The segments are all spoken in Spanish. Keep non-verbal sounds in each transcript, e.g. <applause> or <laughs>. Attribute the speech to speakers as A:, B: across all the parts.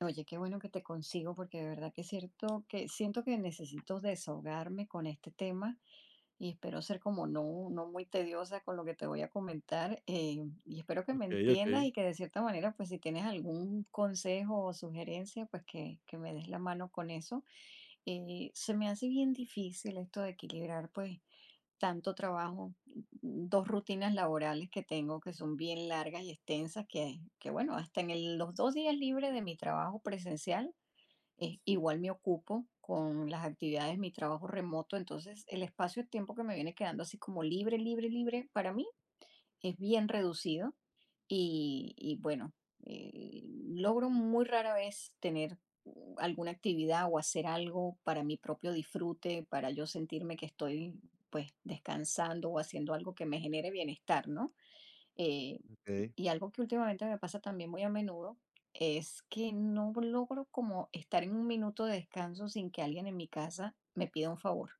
A: Oye, qué bueno que te consigo porque de verdad que es cierto que siento que necesito desahogarme con este tema y espero ser como no, no muy tediosa con lo que te voy a comentar, y espero que me
B: Okey,
A: entiendas
B: okey.
A: y que de cierta manera pues si tienes algún consejo o sugerencia pues que me des la mano con eso. Se me hace bien difícil esto de equilibrar pues tanto trabajo, dos rutinas laborales que tengo que son bien largas y extensas, que bueno, hasta en los dos días libres de mi trabajo presencial, igual me ocupo con las actividades, mi trabajo remoto, entonces el espacio-tiempo que me viene quedando así como libre, libre, libre, para mí es bien reducido y bueno, eh, logro muy rara vez tener alguna actividad o hacer algo para mi propio disfrute, para yo sentirme que estoy pues descansando o haciendo algo que me genere bienestar, ¿no? Eh,
B: Okey.
A: y algo que últimamente me pasa también muy a menudo es que no logro como estar en un minuto de descanso sin que alguien en mi casa me pida un favor.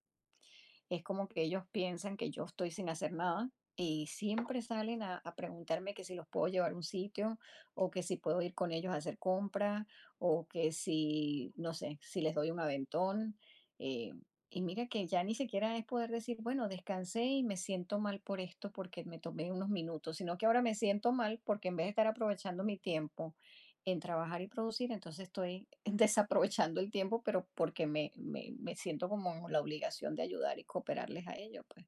A: Es como que ellos piensan que yo estoy sin hacer nada y siempre salen a preguntarme que si los puedo llevar a un sitio o que si puedo ir con ellos a hacer compras o que si, no sé, si les doy un aventón. eh, y mira que ya ni siquiera es poder decir, bueno, descansé y me siento mal por esto porque me tomé unos minutos, sino que ahora me siento mal porque en vez de estar aprovechando mi tiempo en trabajar y producir, entonces estoy <laughs> desaprovechando el tiempo, pero porque me siento como en la obligación de ayudar y cooperarles a ellos, pues.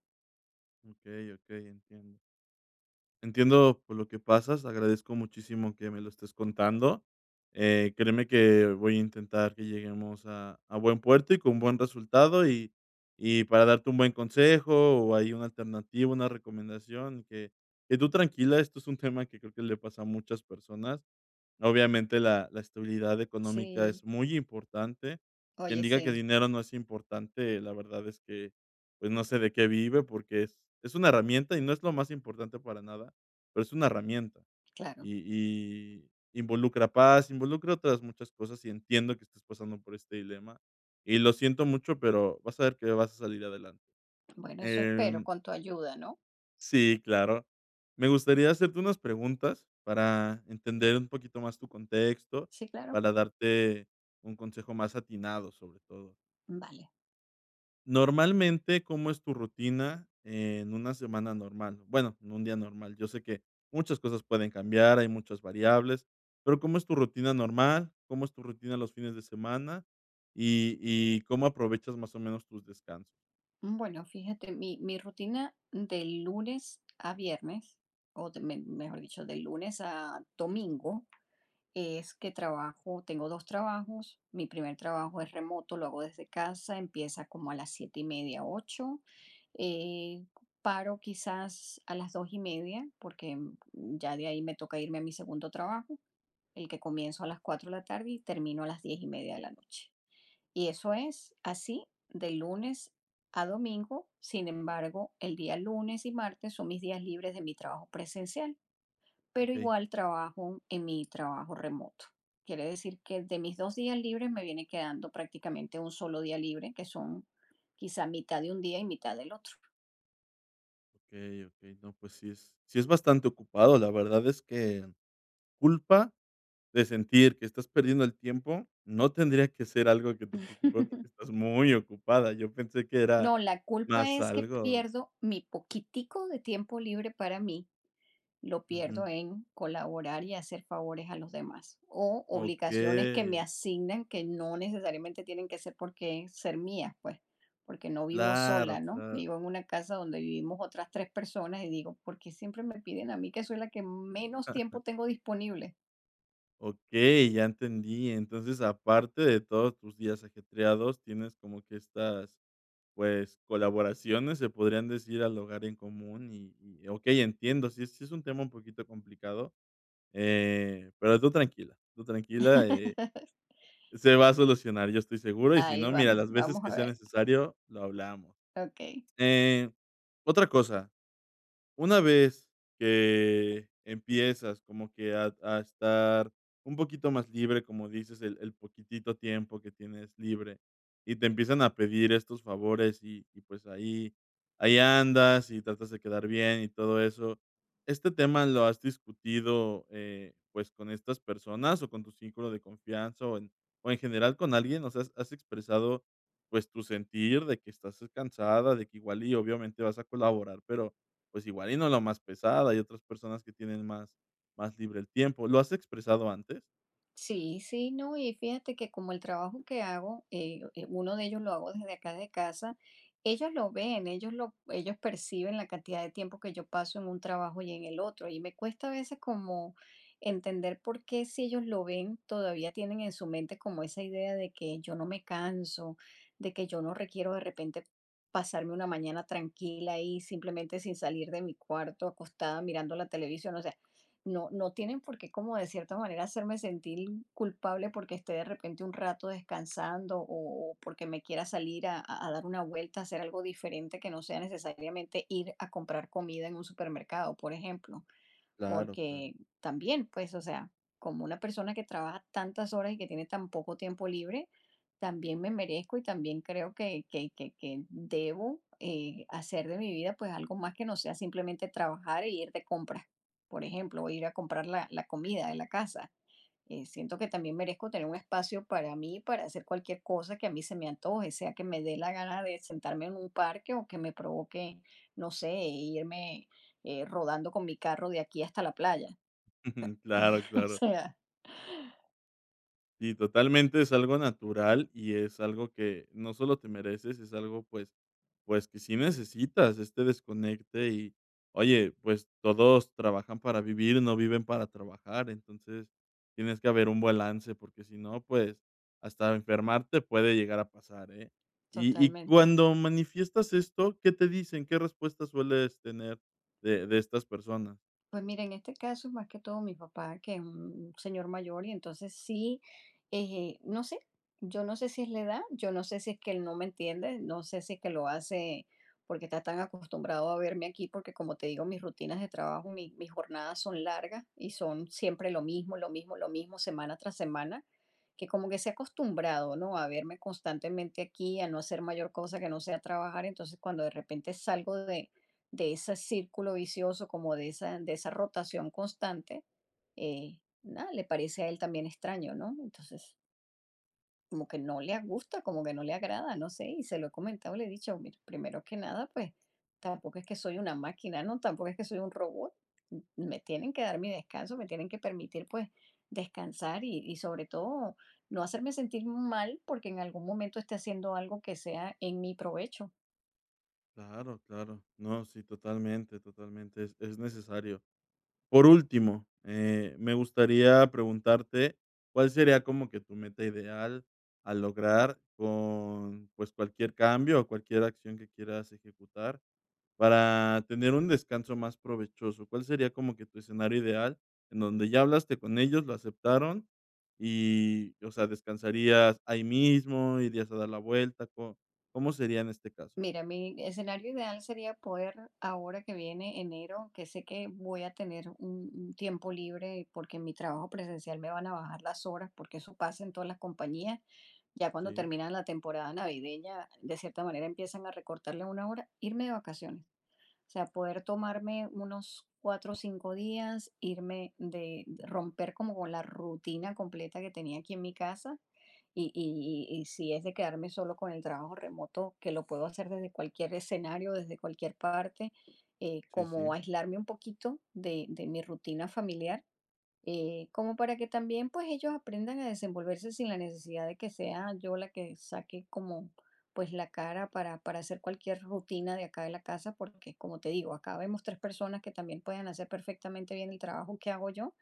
B: Okey, okey, entiendo. Entiendo por lo que pasas, agradezco muchísimo que me lo estés contando. Créeme que voy a intentar que lleguemos a buen puerto y con buen resultado, y para darte un buen consejo, o hay una alternativa, una recomendación, que tú tranquila, esto es un tema que creo que le pasa a muchas personas. Obviamente, la estabilidad económica
A: Sí,
B: es muy importante. Quien
A: oye,
B: diga que
A: sí,
B: dinero no es importante, la verdad es que, pues, no sé de qué vive, porque es una herramienta y no es lo más importante para nada, pero es una herramienta.
A: claro.
B: Y involucra paz, involucra otras muchas cosas, y entiendo que estés pasando por este dilema, y lo siento mucho, pero vas a ver que vas a salir adelante.
A: Bueno, eso espero
B: Em
A: con tu ayuda, ¿no?
B: Sí, claro. Me gustaría hacerte unas preguntas para entender un poquito más tu contexto,
A: Sí, claro.
B: para darte un consejo más atinado, sobre todo.
A: Vale.
B: Normalmente, ¿cómo es tu rutina en una semana normal? Bueno, en un día normal. Yo sé que muchas cosas pueden cambiar, hay muchas variables, pero ¿cómo es tu rutina normal? ¿Cómo es tu rutina los fines de semana? Y cómo aprovechas más o menos tus descansos?
A: Bueno, fíjate, mi rutina de lunes a viernes, o mejor dicho, de lunes a domingo, es que trabajo, tengo dos trabajos. Mi primer trabajo es remoto, lo hago desde casa, empieza como a las 7:30, 8. eh, paro quizás a las 2:30, porque ya de ahí me toca irme a mi segundo trabajo, el que comienzo a las 4:00 de la tarde y termino a las 10:30 de la noche. Y eso es así de lunes a domingo. Sin embargo, el día lunes y martes son mis días libres de mi trabajo presencial pero
B: Ok,
A: igual trabajo en mi trabajo remoto. Quiere decir que de mis dos días libres me viene quedando prácticamente un solo día libre, que son quizá mitad de un día y mitad del otro.
B: ok, ok. No, pues sí es bastante ocupado. La verdad es que culpa de sentir que estás perdiendo el tiempo, no tendría que ser algo que te preocupe porque estás
A: <laughs>
B: muy ocupada. Yo pensé que era
A: No, la culpa
B: más
A: es que
B: algo.
A: pierdo mi poquitico de tiempo libre para mí lo
B: Ujú.
A: pierdo en colaborar y hacer favores a los demás o obligaciones que me
B: Okey,
A: asignan que no necesariamente tienen que ser porque ser mías, pues, porque no vivo
B: claro,
A: sola, ¿no?
B: claro.
A: Vivo en una casa donde vivimos otras tres personas y digo, ¿por qué siempre me piden a mí que soy la que menos tiempo tengo disponible?
B: Okey, ya entendí. Entonces, aparte de todos tus días ajetreados, tienes como que estas, pues, colaboraciones, se podrían decir, al hogar en común y okey, entiendo, sí es un tema un poquito complicado, pero tú tranquila,
A: <laughs>
B: se va a solucionar, yo estoy seguro, y si
A: Ahí
B: no, mira,
A: vamos,
B: las veces
A: vamos a
B: que sea
A: ver.
B: necesario, lo hablamos.
A: Ok.
B: Eh, Otra cosa, una vez que empiezas como que a estar un poquito más libre, como dices, el poquitito tiempo que tienes libre, y te empiezan a pedir estos favores y, pues, ahí andas y tratas de quedar bien y todo eso, ¿este tema lo has discutido, pues, con estas personas o con tu círculo de confianza o en general con alguien? O sea, ¿has expresado, pues, tu sentir de que estás cansada, de que igual y obviamente vas a colaborar, pero pues, igual y no la más pesada, hay otras personas que tienen más libre el tiempo, ¿lo has expresado antes?
A: Sí, sí, no, y fíjate que como el trabajo que hago, uno de ellos lo hago desde acá de casa, ellos lo ven, ellos lo, ellos perciben la cantidad de tiempo que yo paso en un trabajo y en el otro, y me cuesta a veces como entender por qué si ellos lo ven, todavía tienen en su mente como esa idea de que yo no me canso, de que yo no requiero de repente pasarme una mañana tranquila y simplemente sin salir de mi cuarto, acostada mirando la televisión, o sea, no, no tienen por qué como de cierta manera hacerme sentir culpable porque esté de repente un rato descansando o porque me quiera salir a dar una vuelta, a hacer algo diferente que no sea necesariamente ir a comprar comida en un supermercado, por ejemplo
B: Claro, claro.
A: porque también, pues, o sea, como una persona que trabaja tantas horas y que tiene tan poco tiempo libre, también me merezco y también creo que debo hacer de mi vida pues algo más que no sea simplemente trabajar e ir de compras, por ejemplo, o ir a comprar la, la comida de la casa. Siento que también merezco tener un espacio para mí, para hacer cualquier cosa que a mí se me antoje, sea que me dé la gana de sentarme en un parque o que me provoque, no sé, irme rodando con mi carro de aquí hasta la playa.
B: <laughs> Claro,
A: <laughs> O
B: claro.
A: sea,
B: Sí, totalmente, es algo natural y es algo que no solo te mereces, es algo, pues, que sí necesitas este desconecte y, oye, pues, todos trabajan para vivir, no viven para trabajar, entonces, tienes que haber un balance, porque si no, pues, hasta enfermarte puede llegar a pasar, ¿eh? Y
A: totalmente.
B: cuando manifiestas esto, ¿qué te dicen? ¿Qué respuesta sueles tener de estas personas?
A: Pues mira, en este caso es más que todo mi papá, que es un señor mayor, y entonces sí, no sé, yo no sé si es la edad, yo no sé si es que él no me entiende, no sé si es que lo hace porque está tan acostumbrado a verme aquí, porque como te digo, mis rutinas de trabajo, mis jornadas son largas y son siempre lo mismo, lo mismo, lo mismo, semana tras semana, que como que se ha acostumbrado, ¿no? A verme constantemente aquí, a no hacer mayor cosa que no sea trabajar, entonces cuando de repente salgo de ese círculo vicioso, como de esa rotación constante, nada, le parece a él también extraño, ¿no? Entonces, como que no le gusta, como que no le agrada, no sé, y se lo he comentado, le he dicho, mira, primero que nada, pues tampoco es que soy una máquina, ¿no? Tampoco es que soy un robot, me tienen que dar mi descanso, me tienen que permitir, pues, descansar y sobre todo no hacerme sentir mal porque en algún momento esté haciendo algo que sea en mi provecho.
B: Claro, claro. No, sí, totalmente, totalmente, es necesario. Por último, me gustaría preguntarte, ¿cuál sería como que tu meta ideal a lograr con, pues, cualquier cambio o cualquier acción que quieras ejecutar para tener un descanso más provechoso? ¿Cuál sería como que tu escenario ideal en donde ya hablaste con ellos, lo aceptaron y, o sea, descansarías ahí mismo, irías a dar la vuelta? ¿Co- ¿Cómo sería en este caso?
A: Mira, mi escenario ideal sería poder, ahora que viene enero, que sé que voy a tener un tiempo libre porque en mi trabajo presencial me van a bajar las horas, porque eso pasa en todas las compañías. Ya cuando
B: Sí,
A: terminan la temporada navideña, de cierta manera empiezan a recortarle una hora, irme de vacaciones. O sea, poder tomarme unos 4 o 5 días, irme de romper como con la rutina completa que tenía aquí en mi casa y si es de quedarme solo con el trabajo remoto, que lo puedo hacer desde cualquier escenario, desde cualquier parte,
B: sí,
A: como
B: sí.
A: aislarme un poquito de mi rutina familiar, como para que también pues ellos aprendan a desenvolverse sin la necesidad de que sea yo la que saque como pues la cara para hacer cualquier rutina de acá de la casa, porque como te digo, acá vemos tres personas que también pueden hacer perfectamente bien el trabajo que hago yo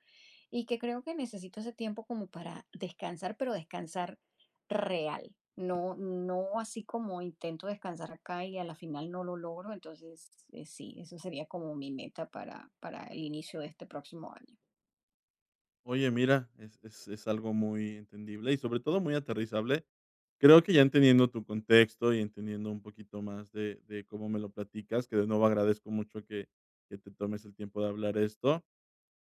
A: y que creo que necesito ese tiempo como para descansar, pero descansar real. No, no así como intento descansar acá y a la final no lo logro. Entonces, sí, eso sería como mi meta para el inicio de este próximo año.
B: Oye, mira, es algo muy entendible y sobre todo muy aterrizable. Creo que ya entendiendo tu contexto y entendiendo un poquito más de cómo me lo platicas, que de nuevo agradezco mucho que te tomes el tiempo de hablar esto.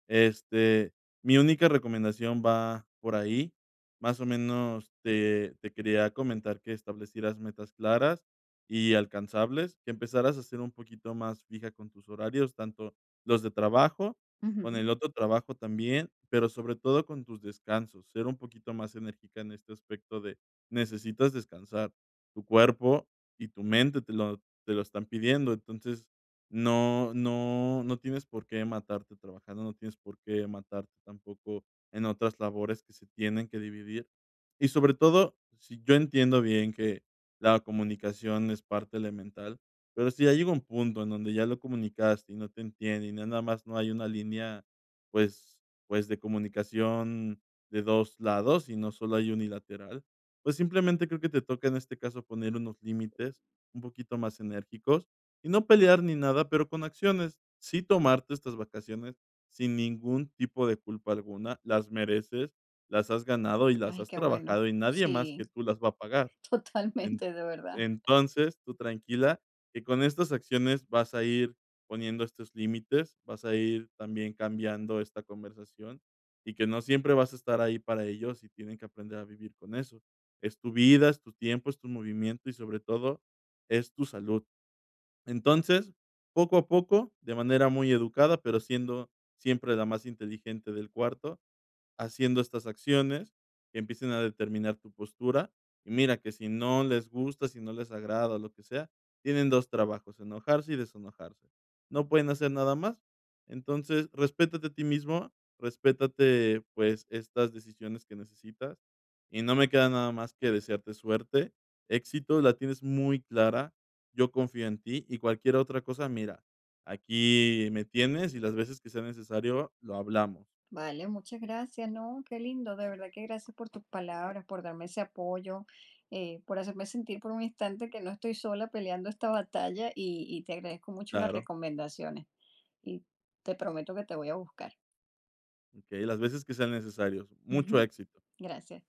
B: Este, mi única recomendación va por ahí. Más o menos te quería comentar que establecieras metas claras y alcanzables, que empezaras a ser un poquito más fija con tus horarios, tanto los de trabajo, con
A: Ujú.
B: el otro trabajo también, pero sobre todo con tus descansos, ser un poquito más enérgica en este aspecto de necesitas descansar. Tu cuerpo y tu mente te lo están pidiendo. Entonces no tienes por qué matarte trabajando, no tienes por qué matarte tampoco en otras labores que se tienen que dividir. Y sobre todo, si yo entiendo bien que la comunicación es parte elemental, pero si ya llega un punto en donde ya lo comunicaste y no te entiende y nada más no hay una línea, pues pues, de comunicación de 2 lados y no solo hay unilateral, pues, simplemente creo que te toca, en este caso, poner unos límites un poquito más enérgicos y no pelear ni nada, pero con acciones. Sí tomarte estas vacaciones sin ningún tipo de culpa alguna, las mereces, las has ganado y las
A: Ay,
B: has
A: qué bueno.
B: trabajado y nadie más
A: Sí,
B: que tú las va a pagar.
A: <laughs>
B: En
A: totalmente, de verdad.
B: Entonces, tú tranquila, que con estas acciones vas a ir poniendo estos límites, vas a ir también cambiando esta conversación y que no siempre vas a estar ahí para ellos y tienen que aprender a vivir con eso. Es tu vida, es tu tiempo, es tu movimiento y sobre todo es tu salud. Entonces, poco a poco, de manera muy educada, pero siendo siempre la más inteligente del cuarto, haciendo estas acciones, que empiecen a determinar tu postura. Y mira, que si no les gusta, si no les agrada o lo que sea, tienen 2 trabajos, enojarse y desenojarse. No pueden hacer nada más. Entonces, respétate a ti mismo, respétate, pues, estas decisiones que necesitas, y no me queda nada más que desearte suerte, éxito, la tienes muy clara, yo confío en ti y cualquier otra cosa, mira, aquí me tienes y las veces que sea necesario lo hablamos.
A: Vale, muchas gracias, ¿no? Qué lindo, de verdad que gracias por tus palabras, por darme ese apoyo, por hacerme sentir por un instante que no estoy sola peleando esta batalla y te agradezco mucho las
B: Claro.
A: recomendaciones y te prometo que te voy a buscar.
B: Okey, las veces que sean necesarios. Mucho éxito.
A: <laughs> Gracias.